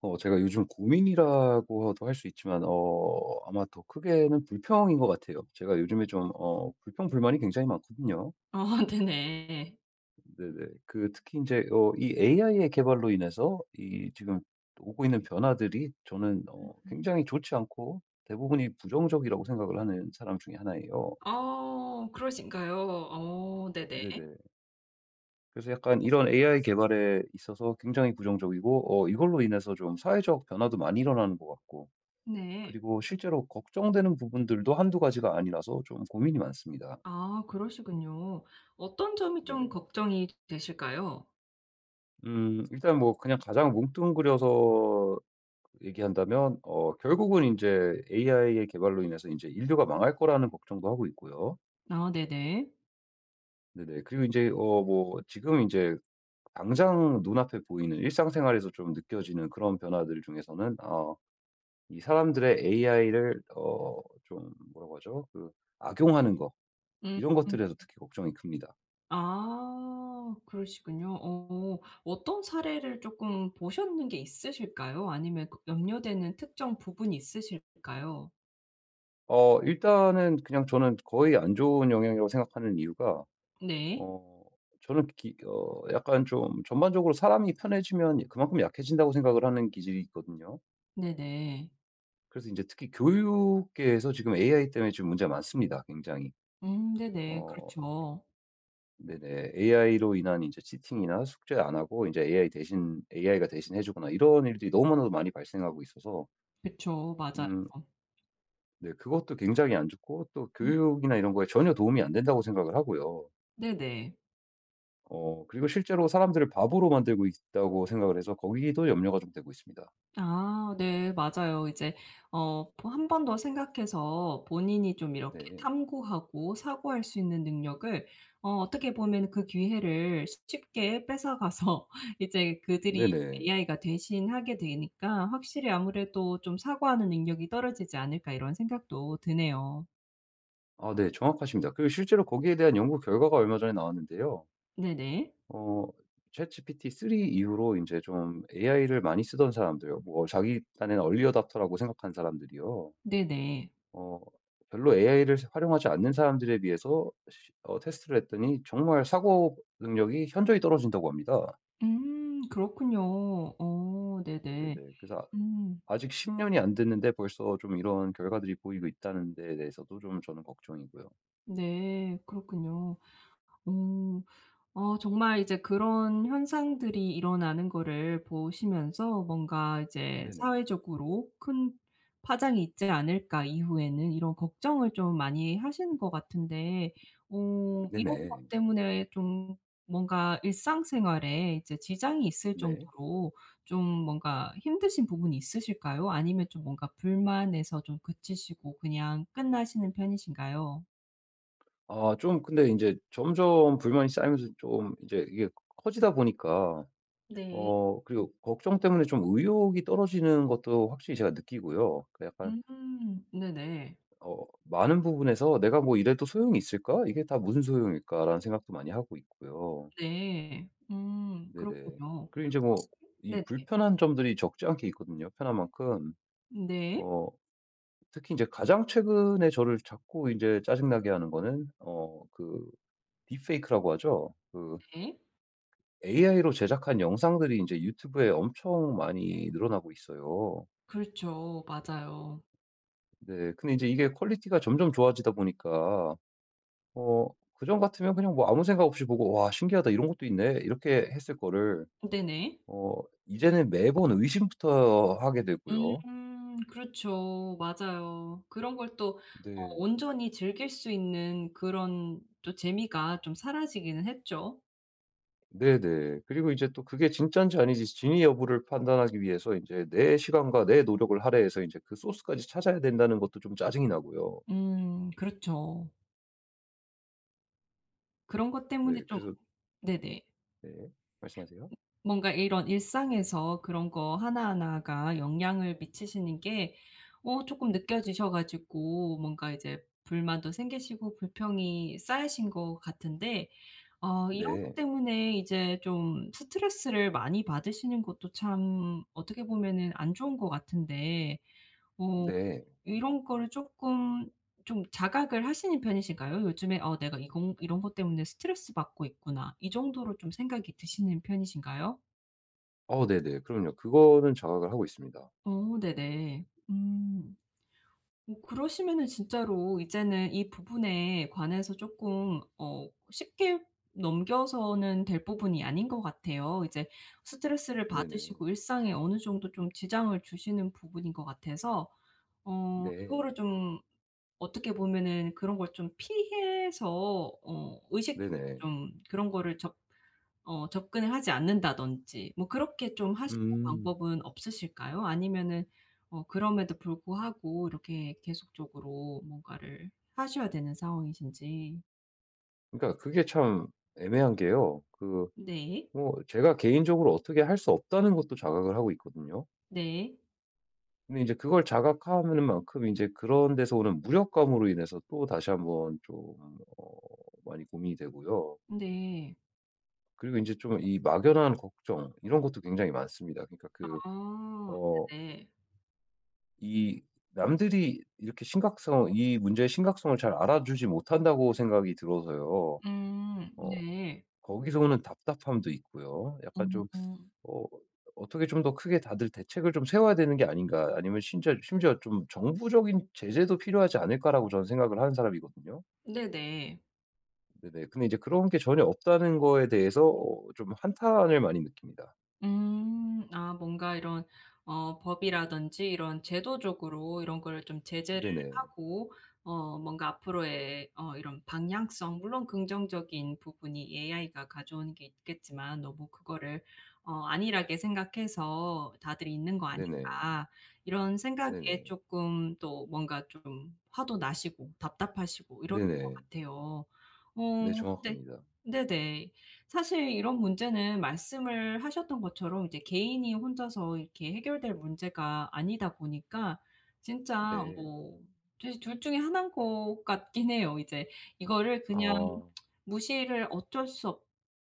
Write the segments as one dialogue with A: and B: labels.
A: 제가 요즘 고민이라고도 할 수 있지만 아마 더 크게는 불평인 것 같아요. 제가 요즘에 좀 불평불만이 굉장히 많거든요.
B: 아 네네.
A: 네네. 그 특히 이제 이 AI의 개발로 인해서 이 지금 오고 있는 변화들이 저는
B: 음음.
A: 굉장히 좋지 않고 대부분이 부정적이라고 생각을 하는 사람 중에 하나예요.
B: 아 그러신가요? 어 네네.
A: 네네. 그래서 약간 이런 AI 개발에 있어서 굉장히 부정적이고 이걸로 인해서 좀 사회적 변화도 많이 일어나는 것 같고
B: 네.
A: 그리고 실제로 걱정되는 부분들도 한두 가지가 아니라서 좀 고민이 많습니다.
B: 아 그러시군요. 어떤 점이 좀
A: 네네.
B: 걱정이 되실까요?
A: 일단 뭐 그냥 가장 뭉뚱그려서 얘기한다면 결국은 이제 AI의 개발로 인해서 인제 인류가 망할 거라는 걱정도 하고 있고요.
B: 아 네네.
A: 네네. 그리고 이제 뭐 지금 이제 당장 눈앞에 보이는 일상생활에서 좀 느껴지는 그런 변화들 중에서는 이 사람들의 AI를 좀 뭐라고 하죠? 그 악용하는 거
B: 음.
A: 이런 것들에서 특히 걱정이 큽니다.
B: 아 그러시군요. 어떤 사례를 쪼끔 보셨는 게 있으실까요? 아니면 그 염려되는 특정 부분이 있으실까요?
A: 일단은 그냥 저는 거의 안 좋은 영향이라고 생각하는 이유가
B: 네.
A: 어 저는 기 어 약간 좀 전반적으로 사람이 편해지면 그만큼 약해진다고 생각을 하는 기질이 있거든요.
B: 네네.
A: 그래서 이제 특히 교육계에서 지금 AI 때문에 지금 문제가 많습니다 굉장히.
B: 네네.
A: 어
B: 그렇죠.
A: 네네. AI로 인한 이제 치팅이나 숙제 안 하고 이제 AI 대신 AI가 대신 해 주거나 이런 일들이 너무나도 많이 발생하고 있어서
B: 그쵸. 맞아요.
A: 음 네 그것도 굉장히 안 좋고 또
B: 음
A: 교육이나 이런 거에 전혀 도움이 안 된다고 생각을 하고요.
B: 네네.
A: 그리고 실제로 사람들을 바보로 만들고 있다고 생각을 해서 거기도 염려가 좀 되고 있습니다.
B: 아 네. 맞아요. 이제 한 번 더 생각해서 본인이 좀 이렇게
A: 네.
B: 탐구하고 사고할 수 있는 능력을 어떻게 보면 그 기회를 쉽게 뺏어가서 이제 그들이
A: 네네.
B: AI가 대신하게 되니까 확실히 아무래도 좀 '사고하는 능력이 떨어지지 않을까.' 이런 생각도 드네요.
A: 아 네. 정확하십니다. 그리고 실제로 거기에 대한 연구 결과가 얼마 전에 나왔는데요.
B: 네네.
A: 어 ChatGPT 3 이후로 이제좀 AI를 많이 쓰던 사람들 뭐 자기 딴에는 얼리 어답터라고 생각한 사람들이요.
B: 네네.
A: 어 별로 AI를 활용하지 않는 사람들에 비해서 시 어 테스트를 했더니 정말 사고 능력이 현저히 떨어진다고 합니다.
B: 그렇군요. 어 네네.
A: 네네. 그래서
B: 음
A: 아직 10년 년이 안 됐는데 벌써 좀 이런 결과들이 보이고 있다는 데에 대해서도 좀 저는 걱정이고요.
B: 네. 그렇군요. 어 정말 이제 그런 현상들이 일어나는 거를 보시면서 뭔가 이제
A: 네네.
B: '사회적으로 큰 파장이 있지 않을까 이후에는.' 이런 걱정을 좀 많이 하시는 것 같은데 이런
A: 네네.
B: 것 때문에 좀 뭔가 일상생활에 이제 지장이 있을
A: 네.
B: 정도로 좀 뭔가 힘드신 부분이 있으실까요? 아니면 좀 뭔가 불만에서 좀 그치시고 그냥 끝나시는 편이신가요?
A: 아 좀 근데 인제 점점 불만이 쌓이면서 좀 이제 이게 커지다 보니까
B: 네.
A: 그리고 걱정 때문에 좀 의욕이 떨어지는 것도 확실히 제가 느끼고요. 그 약간
B: 네네.
A: 많은 부분에서 '내가 뭐 이래도 소용이 있을까? 이게 다 무슨 소용일까?'라는 생각도 많이 하고 있고요.
B: 네.
A: 네네.
B: 그렇군요.
A: 그리고 인제 뭐
B: 혹시
A: 이
B: 네네.
A: 불편한 점들이 적지 않게 있거든요, 편한 만큼.
B: 네.
A: 어 특히 이제 가장 최근에 저를 자꾸 이제 짜증나게 하는 거는 그 딥페이크라고 하죠. 그
B: 네.
A: AI로 제작한 영상들이 이제 유튜브에 엄청 많이 늘어나고 있어요.
B: 그렇죠. 맞아요.
A: 네. 근데 이제 이게 퀄리티가 점점 좋아지다 보니까 어 그전 같으면 그냥 뭐 아무 생각 없이 보고 '와 신기하다. 이런 것도 있네.' 이렇게 했을 거를
B: 네네.
A: 어 이제는 매번 의심부터 하게 되고요.
B: 그렇죠. 맞아요. 그런 걸 또
A: 네.
B: 온전히 즐길 수 있는 그런 또 재미가 좀 사라지기는 했죠.
A: 네네. 그리고 이제 또 그게 진짠지 아닌지 진위 여부를 판단하기 위해서 이제 내 시간과 내 노력을 할애해서 이제 그 소스까지 찾아야 된다는 것도 좀 짜증이 나고요.
B: 그렇죠. 그런 것 때문에
A: 네
B: 좀
A: 그래서
B: 네네.
A: 네. 말씀하세요.
B: 뭔가 이런 일상에서 그런 거 하나하나가 영향을 미치시는 게 조금 느껴지셔 가지고 뭔가 이제 불만도 생기시고 불평이 쌓이신 것 같은데 이런 것
A: 네.
B: 때문에 이제 좀 스트레스를 많이 받으시는 것도 참 어떻게 보면은 안 좋은 것 같은데 어
A: 네.
B: 이런 거를 조금 좀 자각을 하시는 편이신가요? 요즘에 '어 내가 이건 이런 것 때문에 스트레스 받고 있구나.' 이 정도로 좀 생각이 드시는 편이신가요?
A: 네네. 그럼요. 그거는 자각을 하고 있습니다.
B: 어 네네. 음. 뭐 그러시면은 진짜로 이제는 이 부분에 관해서 조금 쉽게 넘겨서는 될 부분이 아닌 것 같아요. 이제 스트레스를
A: 네네.
B: 받으시고 일상에 어느 정도 좀 지장을 주시는 부분인 것 같아서
A: 네.
B: 이거를 좀 어떻게 보면은 그런 걸 좀 피해서 의식적으로
A: 네네.
B: 좀 그런 거를 적 어 접근을 하지 않는다든지 뭐 그렇게 좀 하시는
A: 음.
B: 방법은 없으실까요? 아니면은 그럼에도 불구하고 이렇게 계속적으로 뭔가를 하셔야 되는 상황이신지.
A: 그러니까 그게 참 애매한 게요. 그
B: 네.
A: 뭐 제가 개인적으로 어떻게 할 수 없다는 것도 자각을 하고 있거든요.
B: 네.
A: 근데 이제 그걸 자각하는 만큼 이제 그런 데서 오는 무력감으로 인해서 또 다시 한번 좀 어 많이 고민이 되고요.
B: 네.
A: 그리고 이제 좀 이 막연한 걱정 이런 것도 굉장히 많습니다. 그러니까 그
B: 아
A: 어
B: 네네.
A: 이 남들이 이렇게 심각성 이 문제의 심각성을 잘 알아주지 못한다고 생각이 들어서요. 어
B: 네.
A: 거기서 오는 답답함도 있고요. 약간 좀
B: 음.
A: 어 어떻게 좀 더 크게 다들 대책을 좀 세워야 되는 게 아닌가 아니면 심지어 좀 '정부적인 제재도 필요하지 않을까.'라고 저는 생각을 하는 사람이거든요.
B: 네네.
A: 네네. 근데 이제 그런 게 전혀 없다는 거에 대해서 좀 한탄을 많이 느낍니다.
B: 음. 아 뭔가 이런 법이라든지 이런 제도적으로 이런 걸 좀 제재를
A: 네네.
B: 하고 뭔가 앞으로의 이런 방향성 물론 긍정적인 부분이 AI가 가져오는 게 있겠지만 너무 그거를 '안일하게 생각해서 다들 있는 거
A: 네네.
B: 아닌가.' 이런 생각에
A: 네네.
B: 조금 또 뭔가 좀 화도 나시고 답답하시고 이러실 것
A: 네네.
B: 같아요.
A: 네
B: 근데
A: 정확합니다.
B: 네네. 사실 이런 문제는 말씀을 하셨던 것처럼 이제 개인이 혼자서 이렇게 해결될 문제가 아니다 보니까 진짜
A: 네.
B: 뭐 둘 중에 하나인 것 같긴 해요. 이제 이거를 그냥
A: 아
B: 무시를 어쩔 수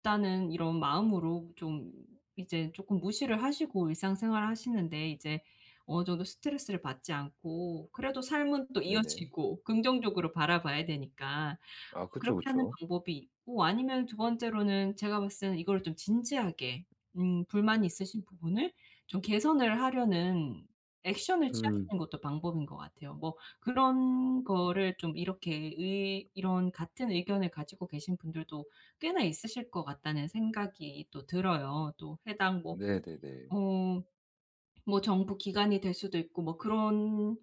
B: 없다는 이런 마음으로 좀 이제 조금 무시를 하시고 일상생활 하시는데 이제 어느 정도 스트레스를 받지 않고 그래도 삶은 또
A: 네네.
B: 이어지고 긍정적으로 바라봐야 되니까
A: 아 그쵸,
B: 그렇게 하는
A: 그쵸.
B: 방법이 있고 아니면 두 번째로는 제가 봤을 때는 이거를 좀 진지하게 불만이 있으신 부분을 좀 개선을 하려는 액션을
A: 음.
B: 취하시는 것도 방법인 것 같아요. 뭐 그런 거를 좀 이렇게 의 이런 같은 의견을 가지고 계신 분들도 꽤나 있으실 것 같다는 생각이 또 들어요. 또 해당 뭐
A: 네네네.
B: 어 뭐 정부 기관이 될 수도 있고 뭐 그런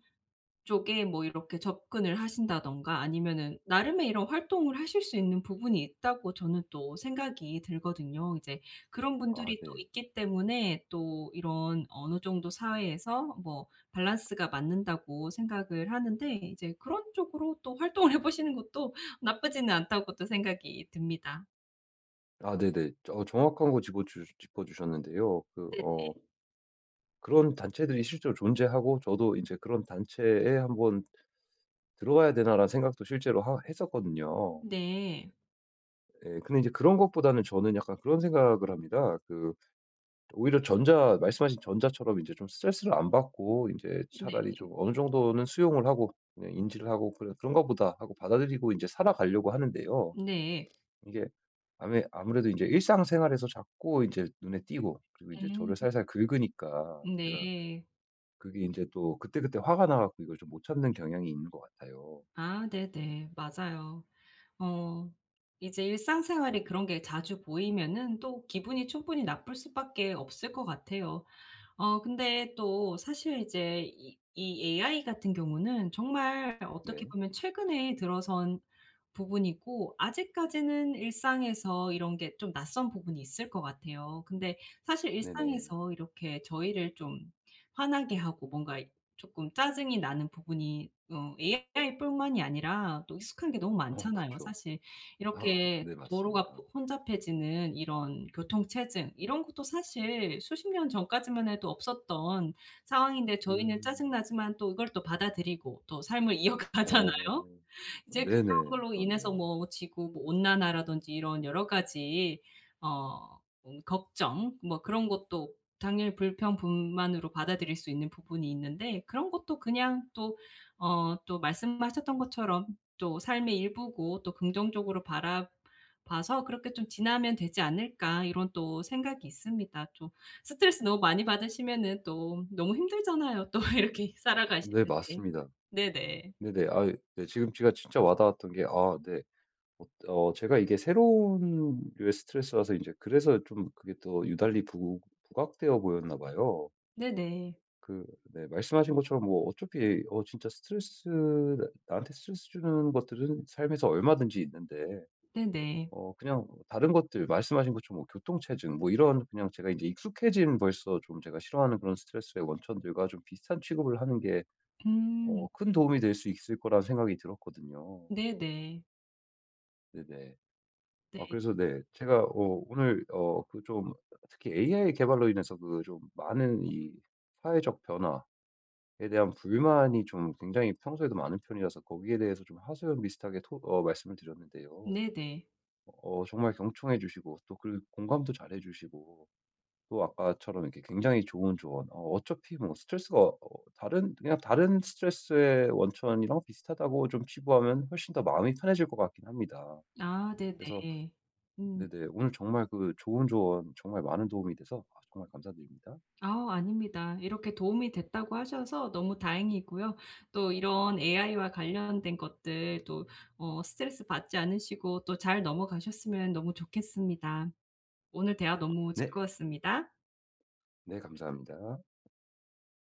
B: 쪽에 뭐 이렇게 접근을 하신다든가 아니면은 나름의 이런 활동을 하실 수 있는 부분이 있다고 저는 또 생각이 들거든요. 이제 그런
A: 아
B: 분들이 또
A: 네.
B: 있기 때문에 또 이런 어느 정도 사회에서 뭐 밸런스가 맞는다고 생각을 하는데 이제 그런 쪽으로 또 활동을 해 보시는 것도 나쁘지는 않다고 또 생각이 듭니다.
A: 아 네네. 정확한 거 짚어 주셨는데요. 그어 그런 단체들이 실제로 존재하고 저도 이제 '그런 단체에 한번 들어가야 되나.'라는 생각도 실제로 하 했었거든요.
B: 네네.
A: 예. 근데 이제 그런 것보다는 저는 약간 그런 생각을 합니다. 그 오히려 전자 말씀하신 전자처럼 이제 좀 스트레스를 안 받고 이제
B: 네.
A: 차라리
B: 네.
A: 좀 어느 정도는 수용을 하고 그냥 인지를 하고 '그래 그런가 보다.' 하고 받아들이고 이제 살아가려고 하는데요.
B: 네.
A: 이게 아무래도 이제 일상생활에서 자꾸 이제 눈에 띄고 그리고 이제 저를
B: 음.
A: 살살 긁으니까 제가
B: 네.
A: 그게 이제 또 그때그때 화가 나 갖고 이걸 좀 못 참는 경향이 있는 것 같아요.
B: 아 네네. 맞아요. 어 이제 일상생활에 그런 게 자주 보이면은 또 기분이 충분히 나쁠 수밖에 없을 것 같아요. 근데 또 사실 이제 이 AI 같은 경우는 정말 어떻게
A: 네.
B: 보면 최근에 들어선 부분이고 아직까지는 일상에서 이런 게 좀 낯선 부분이 있을 것 같아요. 근데 사실
A: 네네.
B: 일상에서 이렇게 저희를 좀 화나게 하고 뭔가 조금 짜증이 나는 부분이 AI 뿐만이 아니라 또 익숙한 게 너무
A: 어
B: 많잖아요
A: 그쵸.
B: 사실.
A: 아
B: 이렇게
A: 네
B: 도로가
A: 맞습니다.
B: 혼잡해지는 이런 교통체증 이런 것도 사실 수십 년 전까지만 해도 없었던 상황인데 저희는 짜증
A: 음.
B: 나지만 또 이걸 또 받아들이고 또 삶을 이어가잖아요.
A: 어.
B: 이제 그런
A: 네네.
B: 걸로 인해서
A: 그렇네요.
B: 뭐 지구 뭐 온난화라든지 이런 여러 가지 어 걱정 뭐 그런 것도 당연히 불평분만으로 받아들일 수 있는 부분이 있는데 그런 것도 그냥 또 말씀하셨던 것처럼 또 삶의 일부고 또 긍정적으로 바라 봐서 '그렇게 좀 지나면 되지 않을까.' 이런 또 생각이 있습니다. 좀 스트레스 너무 많이 받으시면은 또 너무 힘들잖아요, 또 이렇게
A: 아 네
B: 살아가시는데.
A: 맞습니다.
B: 네네.
A: 네네. 아 네 지금 제가 진짜 와 닿았던 게 아 네 어 제가 이게 새로운 류의 스트레스라서 이제 그래서 좀 그게 또 유달리 부 부각되어 보였나 봐요.
B: 네네.
A: 그 네 말씀하신 것처럼 뭐 어차피 진짜 스트레스 나 나한테 스트레스 주는 것들은 삶에서 얼마든지 있는데
B: 네네.
A: 그냥 다른 것들 말씀하신 것처럼 뭐 교통체증 뭐 이런 그냥 제가 이제 익숙해진 벌써 좀 제가 싫어하는 그런 스트레스의 원천들과 좀 비슷한 취급을 하는 게
B: 음.
A: 큰 도움이 될 수 있을 거라는 생각이 들었거든요.
B: 네네.
A: 네네. 아
B: 네.
A: 그래서 네 제가 오늘 그 좀 특히 AI 개발로 인해서 그 좀 많은 이 사회적 변화 에 대한 불만이 좀 굉장히 평소에도 많은 편이라서 거기에 대해서 좀 하소연 비슷하게 토 어 말씀을 드렸는데요.
B: 네네.
A: 정말 경청해 주시고 또 그 공감도 잘해 주시고 또 아까처럼 이렇게 굉장히 좋은 조언 어차피 뭐 스트레스가 다른 그냥 다른 스트레스의 원천이랑 비슷하다고 좀 치부하면 훨씬 더 마음이 편해질 것 같긴 합니다.
B: 아 네네.
A: 그래서
B: 음.
A: 네네 오늘 정말 그 좋은 조언 정말 많은 도움이 돼서 아 정말 감사드립니다.
B: 아우 아닙니다. 이렇게 도움이 됐다고 하셔서 너무 다행이고요. 또 이런 AI와 관련된 것들 또 스트레스 받지 않으시고 또 잘 넘어가셨으면 너무 좋겠습니다. 오늘 대화 너무
A: 네.
B: 즐거웠습니다.
A: 네 감사합니다.